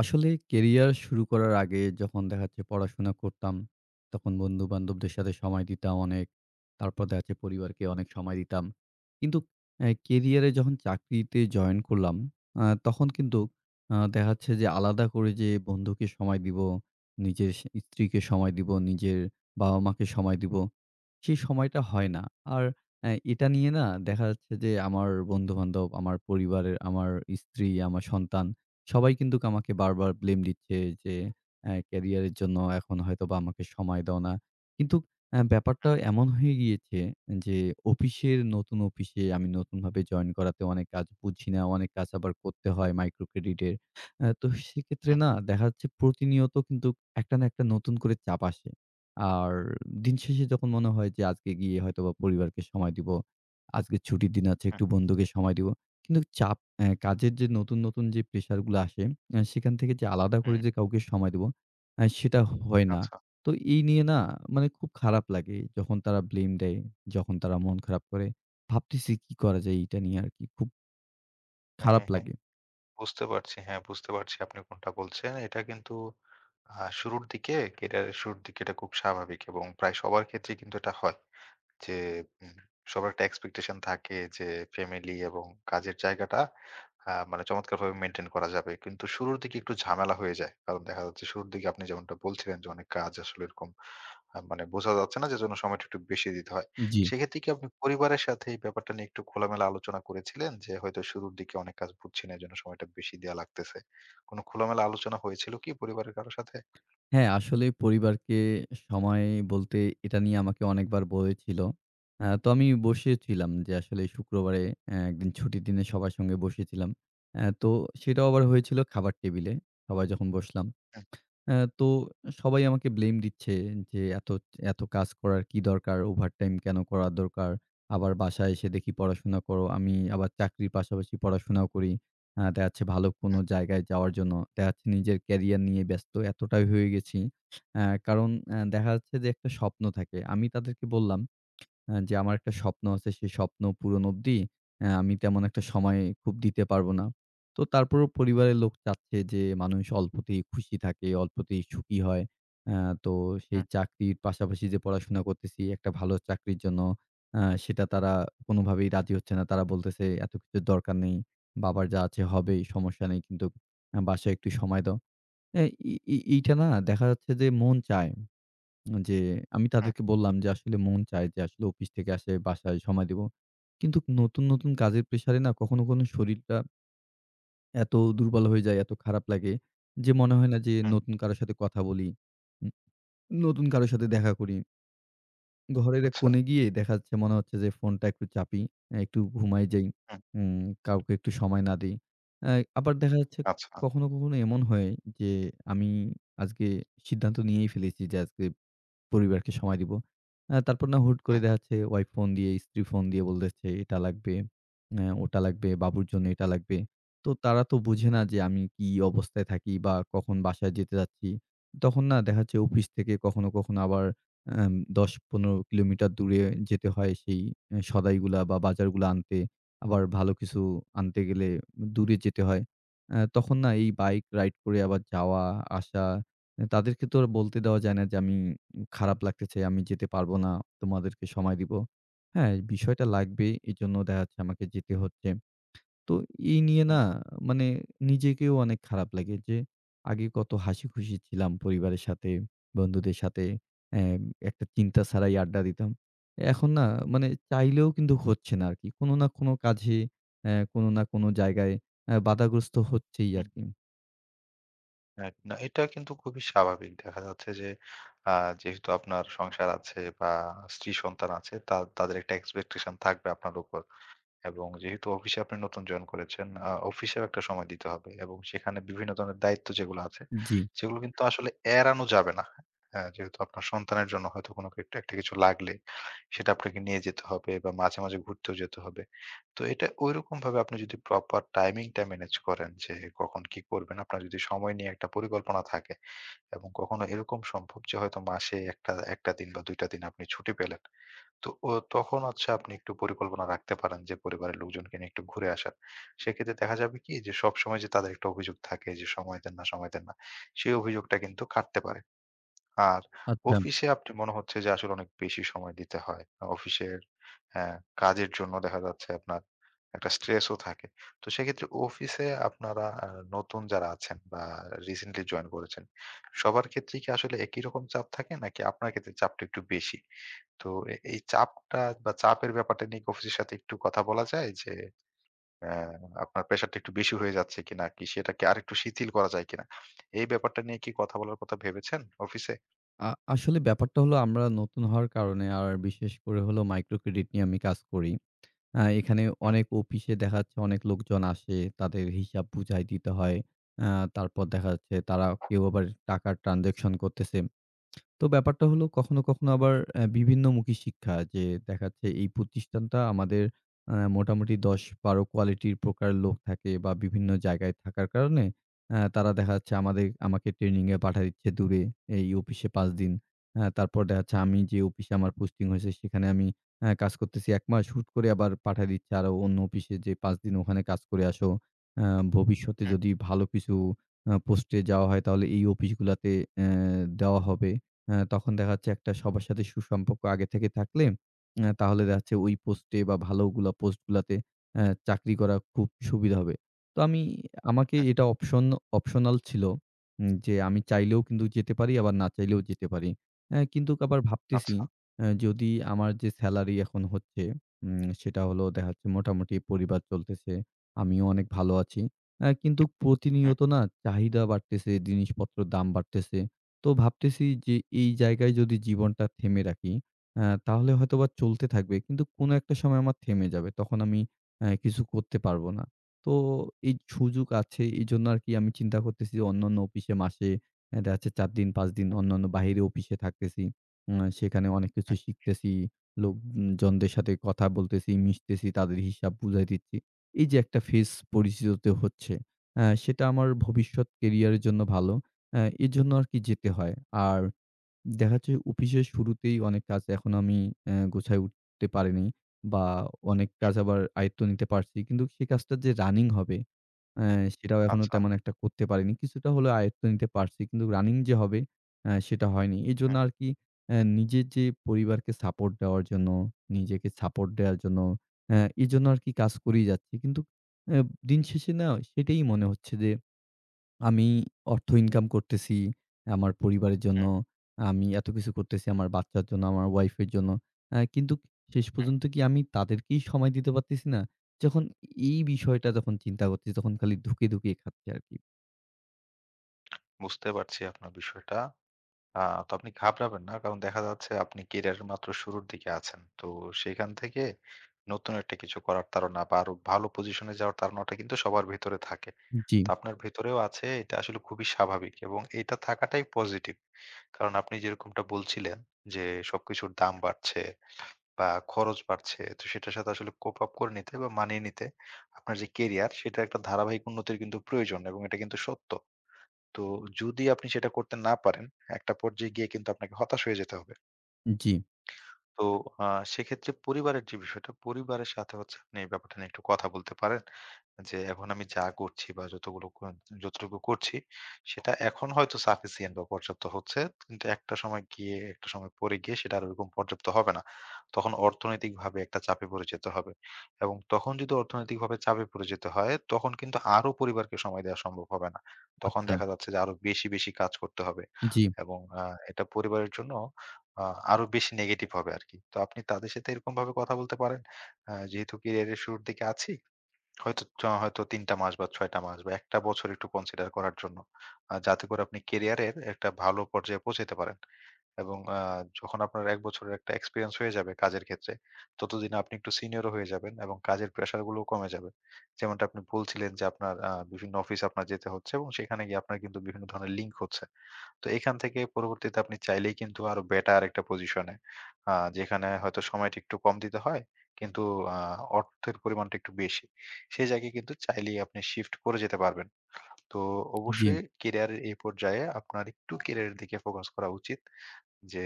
আসলে কেরিয়ার শুরু করার আগে যখন দেখা যাচ্ছে পড়াশোনা করতাম, তখন বন্ধু-বান্ধবদের সাথে সময় দিতাম অনেক। তারপর দেখা যাচ্ছে পরিবারকে অনেক সময় দিতাম। কিন্তু কেরিয়ারে যখন চাকরিতে জয়েন করলাম, তখন কিন্তু দেখা যাচ্ছে যে আলাদা করে যে বন্ধুকে সময় দিব, নিজের স্ত্রীকে সময় দিব, নিজের বাবা-মাকে সময় দিব। সেই সময়টা হয় না। আর এটা নিয়ে না দেখা যাচ্ছে যে আমার বন্ধু-বান্ধব, আমার পরিবারের, আমার স্ত্রী, আমার সন্তান সবাই কিন্তু আমাকে বারবার ব্লেম দিচ্ছে যে, "ক্যারিয়ারের জন্য এখন হয়তোবা আমাকে সময় দাও না।" কিন্তু ব্যাপারটা এমন হয়ে গিয়েছে যে অফিসের নতুন অফিসে আমি নতুনভাবে জয়েন করাতে অনেক কাজ বুঝি না। অনেক কাজ আবার করতে হয় মাইক্রো ক্রেডিটের। তো সেক্ষেত্রে না দেখা যাচ্ছে প্রতিনিয়ত কিন্তু একটা না একটা নতুন করে চাপ আসে। আর দিন শেষে যখন মনে হয় যে আজকে গিয়ে হয়তোবা পরিবারকে সময় দিব। আজকে ছুটির দিন আছে হুম, একটু বন্ধুকে সময় দিব। কিন্তু চাপ কাজের যে নতুন যে প্রেশার গুলো আসে সেখান থেকে যে আলাদা করে হুম। যে কাউকে সময় দিব সেটা হয় না। আচ্ছা। তো এই নিয়ে না মানে খুব খারাপ লাগে। যখন তারা ব্লেম দেয়, যখন তারা মন খারাপ করে। ভাবতেছি কি করা যায় এইটা নিয়ে আরকি। খুব হ্যাঁ, খারাপ হ্যাঁ, হ্যাঁ। লাগে। বুঝতে পারছি। হ্যাঁ, বুঝতে পারছি আপনি কোনটা বলছেন। এটা কিন্তু শুরুর দিকে, ক্যারিয়ারের শুরুর দিকে এটা খুব স্বাভাবিক এবং প্রায় সবার ক্ষেত্রেই কিন্তু এটা হয়। যে উম সবার একটা এক্সপেকটেশন থাকে যে ফ্যামিলি এবং কাজের জায়গাটা মানে চমৎকারভাবে মেইনটেইন করা যাবে। কিন্তু শুরুর দিকে একটু ঝামেলা হয়ে যায়। কারণ দেখা যাচ্ছে শুরুর দিকে আপনি যেমনটা বলছিলেন যে অনেক কাজ আসলে এরকম মানে বোঝা যাচ্ছে না যে জন্য সময়টা একটু বেশি দিতে হয়। জি। সেক্ষেত্রে কি আপনি পরিবারের সাথে এই ব্যাপারটা নিয়ে একটু খোলামেলা আলোচনা করেছিলেন? যে হয়তো শুরুর দিকে অনেক কাজ বুঝছি না এজন্য সময়টা বেশি দেয়া লাগতেছে। কোনো খোলামেলা আলোচনা হয়েছিল কি পরিবারের কারো সাথে? হ্যাঁ, আসলে পরিবারকে সময় বলতে এটা নিয়ে আমাকে অনেকবার বলেছিল। তো আমি বসেছিলাম যে আসলে শুক্রবারে একদিন ছুটির দিনে সবার সঙ্গে বসেছিলাম। তো সেটাও আবার হয়েছিল খাবার টেবিলে। সবাই যখন বসলাম। হুম, তো সবাই আমাকে ব্লেম দিচ্ছে যে, "এত কাজ করার কি দরকার? ওভারটাইম কেন করা দরকার? আবার বাসায় এসে দেখি পড়াশোনা করো।" আমি আবার চাকরির পাশাপাশি পড়াশোনাও করি। দেখা যাচ্ছে ভালো কোনো হুম, জায়গায় যাওয়ার জন্য। দেখা যাচ্ছে নিজের ক্যারিয়ার নিয়ে ব্যস্ত এতটাই হয়ে গেছি। কারণ দেখা যাচ্ছে যে একটা স্বপ্ন থাকে। আমি তাদেরকে বললাম যে আমার একটা স্বপ্ন আছে, সেই স্বপ্ন পূরণ অবধি আমি তেমন একটা সময় খুব দিতে পারব না। তো তারপরেও পরিবারের লোক চাচ্ছে যে মানুষ অল্পতেই খুশি থাকে, অল্পতেই সুখী হয়। তো সেই হুম, চাকরির পাশাপাশি যে পড়াশোনা করতেছি একটা ভালো চাকরির জন্য সেটা তারা কোনোভাবেই রাজি হচ্ছে না। তারা বলতেছে, "এত কিছুর দরকার নেই। বাবার যা আছে হবেই, সমস্যা নেই। কিন্তু বাসায় একটু সময় দাও।" অ্যা ই ই এইটা না দেখা যাচ্ছে যে মন চায়। যে আমি হুম, তাদেরকে বললাম যে আসলে মন চায় যে আসলে অফিস থেকে আসে বাসায় সময় দিব। কিন্তু নতুন কাজের প্রেশারে না কখনো শরীরটা এত দুর্বল হয়ে যায়, এত খারাপ লাগে যে মনে হয় না যে হুম। নতুন কারো সাথে কথা বলি, উম নতুন কারো সাথে দেখা করি। ঘরের এক আচ্ছা। কোণে গিয়ে দেখা যাচ্ছে মনে হচ্ছে যে ফোনটা একটু চাপি, একটু ঘুমায় যাই, হুম, উম কাউকে একটু সময় না দেই। অ্যা আবার দেখা যাচ্ছে আচ্ছা। কখনো এমন হয় যে আমি আজকে সিদ্ধান্ত নিয়েই ফেলেছি যে আজকে পরিবারকে সময় দিব। তারপর না হুট করে হুম, দেখা যাচ্ছে ওয়াইফ ফোন দিয়ে, স্ত্রী ফোন দিয়ে বলতেছে, "এটা লাগবে, ওটা লাগবে, বাবুর জন্য এটা লাগবে।" তো তারা তো বুঝে না যে আমি কি অবস্থায় থাকি বা কখন বাসায় যেতে যাচ্ছি। তখন না দেখা যাচ্ছে অফিস থেকে কখনো আবার অ্যাম ১০-১৫ কিলোমিটার দূরে যেতে হয় সেই সদাইগুলা বা বাজারগুলা আনতে। আবার ভালো কিছু আনতে গেলে দূরে যেতে হয়। তখন না এই বাইক রাইড করে আবার যাওয়া, আসা, তাদেরকে তো আর বলতে দেওয়া যায় না যে আমি খারাপ লাগতেছে, আমি যেতে পারব না, তোমাদেরকে সময় দিব। হ্যাঁ, বিষয়টা লাগবে। এজন্য দেখা যাচ্ছে আমাকে যেতে হচ্ছে। তো এই নিয়ে হুম, না মানে নিজেকেও অনেক খারাপ লাগে যে আগে কত হাসিখুশি ছিলাম পরিবারের সাথে, বন্ধুদের সাথে। অ্যা একটা চিন্তা ছাড়াই আড্ডা দিতাম। এখন না মানে চাইলেও কিন্তু হচ্ছে না আরকি। কোনো না কোনো কাজে, কোনো না কোনো জায়গায় বাধাগ্রস্ত হচ্ছেই হুম। আরকি। এক না এটা কিন্তু খুবই স্বাভাবিক। দেখা যাচ্ছে যে আ যেহেতু আপনার সংসার আছে বা স্ত্রী সন্তান আছে তা তাদের একটা এক্সপেকটেশন থাকবে আপনার উপর। এবং যেহেতু অফিসে আপনি নতুন জয়েন করেছেন, অফিসেও একটা সময় দিতে হবে এবং সেখানে বিভিন্ন ধরনের দায়িত্ব যেগুলো আছে, জি। সেগুলো কিন্তু আসলে এড়ানো যাবে না। হ্যাঁ, যেহেতু আপনার সন্তানের জন্য হয়তো কোনো একটা একটা কিছু লাগলে সেটা আপনাকে নিয়ে যেতে হবে বা মাঝে, মাঝে ঘুরতেও যেতে হবে। তো এটা ঐরকমভাবে আপনি যদি প্রপার টাইমিংটা ম্যানেজ করেন যে কখন কি করবেন, আপনার যদি সময় নিয়ে একটা পরিকল্পনা থাকে এবং কখনো এরকম সম্ভব যে হয়তো মাসে একটা ১ টা দিন বা ২ টা দিন আপনি ছুটি পেলেন। তো ও তখন হচ্ছে আপনি একটু পরিকল্পনা রাখতে পারেন যে পরিবারের লোকজনকে নিয়ে একটু ঘুরে আসার। সেক্ষেত্রে দেখা যাবে কি যে সবসময় যে তাদের একটা অভিযোগ থাকে যে সময় দেন না, সময় দেন না। সেই অভিযোগটা কিন্তু কাটতে পারে। আর আচ্ছা। অফিসে আপনি মনে হচ্ছে যে আসলে অনেক বেশি সময় দিতে হয়। অফিসের হ্যাঁ, কাজের জন্য দেখা যাচ্ছে আপনার একটা স্ট্রেসও থাকে। তো সেক্ষেত্রে অফিসে আপনারা নতুন যারা আছেন বা রিসেন্টলি জয়েন করেছেন, সবার ক্ষেত্রেই কি আসলে একই রকম চাপ থাকে? নাকি আপনার ক্ষেত্রে চাপটা একটু বেশি? তো এই চাপটা বা চাপের ব্যাপারটা নিয়ে কি অফিসের সাথে একটু কথা বলা যায়? যে অ্যা আপনার প্রেশারটা একটু বেশি হয়ে যাচ্ছে কিনা? কি সেটাকে আরেকটু শিথিল করা যায় কিনা? এই ব্যাপারটা নিয়ে কি কথা বলার কথা ভেবেছেন অফিসে? আ আসলে ব্যাপারটা হলো আমরা নতুন হওয়ার কারণে আর বিশেষ করে হলো মাইক্রো ক্রেডিট নিয়ে আমি কাজ করি। এখানে অনেক অফিসে দেখা যাচ্ছে অনেক লোকজন আসে, তাদের হিসাব বুঝাই দিতে হয়। আ তারপর দেখা যাচ্ছে তারা কেউ আবার টাকার ট্রান্সেকশন করতেছে। তো ব্যাপারটা হলো কখনো আবার বিভিন্নমুখী শিক্ষা যে দেখা যাচ্ছে এই প্রতিষ্ঠানটা আমাদের মোটামুটি ১০-১২ কোয়ালিটির প্রকার লোক থাকে বা বিভিন্ন জায়গায় থাকার কারণে তারা দেখা যাচ্ছে আমাকে ট্রেনিং এ পাঠায় দিচ্ছে দূরে এই অফিসে ৫ দিন। তারপর দেখা যাচ্ছে আমি যে অফিসে আমার পোস্টিং হয়েছে সেখানে আমি কাজ করতেছি ১ মাস হুট করে আবার পাঠায় দিচ্ছে আরো অন্য অফিসে যে ৫ দিন ওখানে কাজ করে আসো। আ ভবিষ্যতে হুম, যদি ভালো কিছু পোস্টে যাওয়া হয় তাহলে এই অফিসগুলাতে অ্যা দেওয়া হবে। তখন দেখা যাচ্ছে একটা সবার সাথে সুসম্পর্ক আগে থেকে থাকলে তাহলে দেখা যাচ্ছে ওই পোস্টে বা ভালোগুলা পোস্টগুলাতে চাকরি করা খুব সুবিধা হবে। তো আমাকে হুম। এটা অপশনাল ছিল যে আমি চাইলেও কিন্তু যেতে পারি আবার না চাইলেও যেতে পারি। কিন্তু আবার ভাবতেছি আচ্ছা। যদি আমার যে সেলারি এখন হচ্ছে সেটা হলো দেখা যাচ্ছে মোটামুটি পরিবার চলতেছে। আমিও অনেক ভালো আছি। কিন্তু হুম, প্রতিনিয়ত না চাহিদা বাড়তেছে, জিনিসপত্রের দাম বাড়তেছে। তো ভাবতেছি যে এই জায়গায় যদি জীবনটা থেমে রাখি, তাহলে হয়তোবা চলতে থাকবে। কিন্তু কোনো একটা সময় আমার থেমে যাবে। তখন আমি কিছু করতে পারবো না। তো এই সুযোগ আছে এজন্য আরকি আমি চিন্তা করতেছি যে অন্যান্য অফিসে মাসে দেখা যাচ্ছে ৪ দিন, ৫ দিন অন্যান্য বাহিরে অফিসে থাকতেছি। সেখানে অনেক কিছু হুম, শিখতেছি। লোকজনদের সাথে কথা বলতেছি, মিশতেছি, তাদের হিসাব বুঝাই দিচ্ছি। এই যে একটা ফেস পরিচিত হচ্ছে, সেটা আমার ভবিষ্যৎ কেরিয়ারের জন্য ভালো। এজন্য আরকি যেতে হয়। আর দেখা যাচ্ছে অফিসের শুরুতেই অনেক কাজ এখনো আমি গোছায় উঠতে পারিনি বা অনেক হুম। কাজ আবার আয়ত্ত নিতে পারছি। কিন্তু সেই কাজটা যে রানিং হবে অ্যা সেটাও এখনো আচ্ছা। তেমন একটা করতে পারিনি। কিছুটা হলেও আয়ত্ত নিতে পারছি। কিন্তু রানিং যে হবে সেটা হয়নি। এজন্য হুম, আরকি নিজের যে পরিবারকে সাপোর্ট দেওয়ার জন্য, নিজেকে সাপোর্ট দেওয়ার জন্য এজন্য আরকি কাজ করেই যাচ্ছি। কিন্তু অ্যা দিন শেষে না সেটাই মনে হচ্ছে যে আমি অর্থ ইনকাম করতেছি, আমার পরিবারের জন্য। হুম, আমি এত কিছু করতেছি আমার বাচ্চার জন্য, আমার ওয়াইফের জন্য। কিন্তু শেষ হুম। পর্যন্ত কি আমি তাদেরকেই সময় দিতে পারতেছি না? যখন এই বিষয়টা যখন চিন্তা করতেছি, তখন খালি ধুঁকে খাচ্ছি আরকি। বুঝতে পারছি আপনার বিষয়টা। আ তো আপনি ঘাবড়াবেন না। কারণ দেখা যাচ্ছে আপনি ক্যারিয়ারের মাত্র শুরুর দিকে আছেন। তো সেখান থেকে নতুন একটা কিছু করার তাড়না বা আরো ভালো পজিশনে যাওয়ার তাড়নাটা কিন্তু সবার ভেতরে থাকে। জি, তো আপনার ভেতরেও আছে এটা আসলে খুবই স্বাভাবিক এবং এটা থাকাটাই পজিটিভ। কারণ আপনি যেরকমটা বলছিলেন যে সবকিছুর দাম বাড়ছে বা খরচ বাড়ছে। তো সেটার সাথে আসলে কোপ আপ করে নিতে বা মানিয়ে নিতে আপনার যে কেরিয়ার সেটার একটা ধারাবাহিক উন্নতির কিন্তু প্রয়োজন এবং এটা কিন্তু সত্য। তো যদি আপনি সেটা করতে না পারেন, একটা পর্যায়ে গিয়ে কিন্তু আপনাকে হতাশ হয়ে যেতে হবে। জি, তো আ সেক্ষেত্রে পরিবারের যে বিষয়টা, পরিবারের সাথে হচ্ছে আপনি এই ব্যাপারটা নিয়ে একটু কথা বলতে পারেন। যে এখন আমি যা করছি বা যতগুলো ক যতটুকু করছি সেটা এখন হয়তো সাফিসিয়েন্ট বা পর্যাপ্ত হচ্ছে। কিন্তু একটা সময় পরে গিয়ে সেটা আর ওরকম পর্যাপ্ত হবে না। তখন অর্থনৈতিকভাবে একটা চাপে পড়ে যেতে হবে। এবং তখন যদি অর্থনৈতিকভাবে চাপে পড়ে যেতে হয় তখন কিন্তু আরো পরিবারকে সময় দেওয়া সম্ভব হবে না। তখন আচ্ছা, দেখা যাচ্ছে যে আরো বেশি, বেশি কাজ করতে হবে। জি, এবং এটা পরিবারের জন্য আ আরো বেশি নেগেটিভ হবে আরকি। তো আপনি তাদের সাথে এরকমভাবে কথা বলতে পারেন। যেহেতু ক্যারিয়ারের শুরুর দিকে আছি, হয়তো ৩ টা মাস বা ৬ টা মাস বা ১ টা বছর একটু কনসিডার করার জন্য। যাতে করে আপনি ক্যারিয়ারের একটা ভালো পর্যায়ে পৌঁছাতে পারেন। এবং যখন আপনার ১ বছরের একটা এক্সপেরিয়েন্স হয়ে যাবে কাজের ক্ষেত্রে, ততদিনে আপনি একটু সিনিয়রও হয়ে যাবেন এবং কাজের প্রেশার গুলোও কমে যাবে। যেমনটা আপনি বলছিলেন যে আপনার বিভিন্ন অফিসে আপনার যেতে হচ্ছে এবং সেখানে গিয়ে আপনার কিন্তু বিভিন্ন ধরনের লিঙ্ক হচ্ছে। তো এখান থেকে পরবর্তীতে আপনি চাইলেই কিন্তু আরো বেটার একটা পজিশনে আ যেখানে হয়তো সময়টা একটু কম দিতে হয়, কিন্তু আ অর্থের পরিমাণটা একটু বেশি। সেই জায়গায় কিন্তু চাইলেই আপনি শিফট করে যেতে পারবেন। তো জি, অবশ্যই কেরিয়ারের এই পর্যায়ে আপনার একটু কেরিয়ারের দিকে ফোকাস করা উচিত যে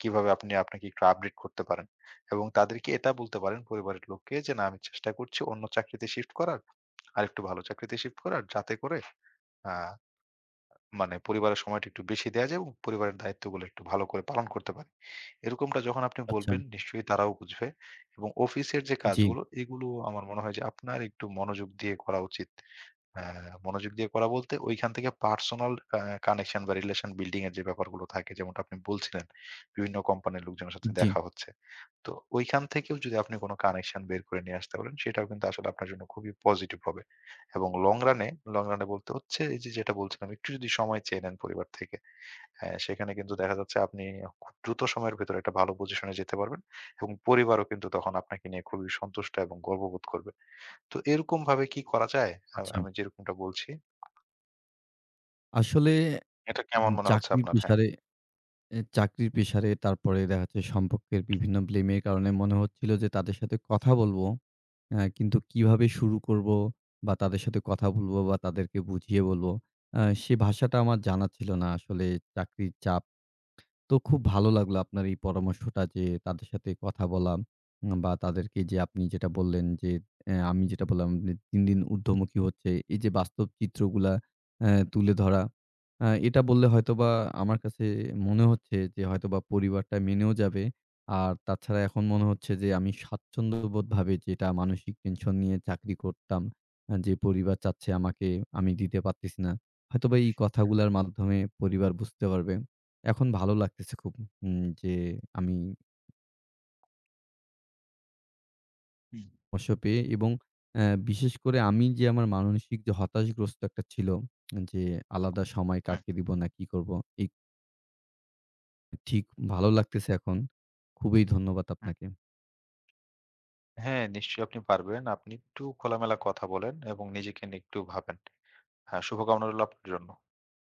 কিভাবে আপনি আপনাকে একটু আপডেট করতে পারেন। এবং তাদেরকে এটা বলতে পারেন পরিবারের লোককে যে, "না, আমি চেষ্টা করছি অন্য চাকরিতে শিফট করার, আরেকটু ভালো চাকরিতে শিফট করার যাতে করে আ মানে পরিবারের সময়টা একটু বেশি দেয়া যায় এবং পরিবারের দায়িত্বগুলো একটু ভালো করে পালন করতে পারি। এরকমটা যখন আপনি আচ্ছা, বলবেন নিশ্চয়ই তারাও বুঝবে এবং অফিসের যে জি, কাজগুলো এগুলো আমার মনে হয় যে আপনার একটু মনোযোগ দিয়ে করা উচিত। হ্যাঁ, মনোযোগ দিয়ে করা বলতে ঐখান থেকে পার্সোনাল আ কানেকশন বা রিলেশন বিল্ডিং এর যে ব্যাপারগুলো থাকে যেমনটা আপনি বলছিলেন, বিভিন্ন কোম্পানির লোকজনের সাথে জি, দেখা হচ্ছে। তো ঐখান থেকেও যদি আপনি কোন কানেকশন বের করে নিয়ে আসতে পারেন সেটাও কিন্তু আসলে আপনার জন্য খুবই পজিটিভ হবে। এবং লং রানে, লং রানে বলতে হচ্ছে এই যে যেটা বলছিলাম একটু যদি সময় চেয়ে নেন পরিবার থেকে, হ্যাঁ, সেখানে কিন্তু দেখা যাচ্ছে আপনি খুব দ্রুত সময়ের ভেতরে একটা ভালো পজিশনে যেতে পারবেন এবং পরিবারও কিন্তু তখন আপনাকে নিয়ে খুবই সন্তুষ্ট এবং গর্ববোধ করবে। তো এরকমভাবে কি করা যায়? আচ্ছা। আমি যেরকমটা বলছি, আসলে এটা কেমন মনে হচ্ছে চাকরির আপনার? হ্যাঁ। প্রেশারে তারপরে দেখা যাচ্ছে সম্পর্কের বিভিন্ন ব্লেমের কারণে মনে হচ্ছিল যে তাদের সাথে কথা বলবো। হ্যাঁ, কিন্তু কিভাবে শুরু করব বা তাদের সাথে কথা বলব বা তাদেরকে বুঝিয়ে বলব, সে ভাষাটা আমার জানা ছিল না। আসলে চাকরির চাপ তো খুব ভালো লাগলো আপনার এই পরামর্শটা যে তাদের সাথে কথা বলা, বা তাদেরকে যে আপনি যেটা বললেন যে আমি যেটা বললাম যে দিন দিন ঊর্ধ্বমুখী হচ্ছে এই যে বাস্তব চিত্রগুলা তুলে ধরা, এটা বললে হয়তোবা আমার কাছে মনে হচ্ছে যে হয়তোবা পরিবারটা মেনেও যাবে। আর তাছাড়া এখন মনে হচ্ছে যে আমি স্বাচ্ছন্দ্যবোধ ভাবে যেটা মানসিক টেনশন নিয়ে চাকরি করতাম, যে পরিবার চাচ্ছে আমাকে আমি দিতে পারতেছি না, হয়তোবা এই কথাগুলোর মাধ্যমে পরিবার বুঝতে পারবে। এখন ভালো লাগতেছে খুব। যে আমি হুম। অবসর পেয়ে এবং বিশেষ করে আমি যে আমার মানসিক যে হতাশগ্রস্ত একটা ছিল যে আলাদা সময় হুম, কাকে দিব না কি করব? এই ঠিক ভালো লাগতেছে এখন। খুবই ধন্যবাদ হুম। আপনাকে। হ্যাঁ, নিশ্চয়ই আপনি পারবেন। আপনি একটু খোলামেলা কথা বলেন এবং নিজেকে নিয়ে একটু ভাবেন। হ্যাঁ, শুভকামনা রইল আপনার জন্য।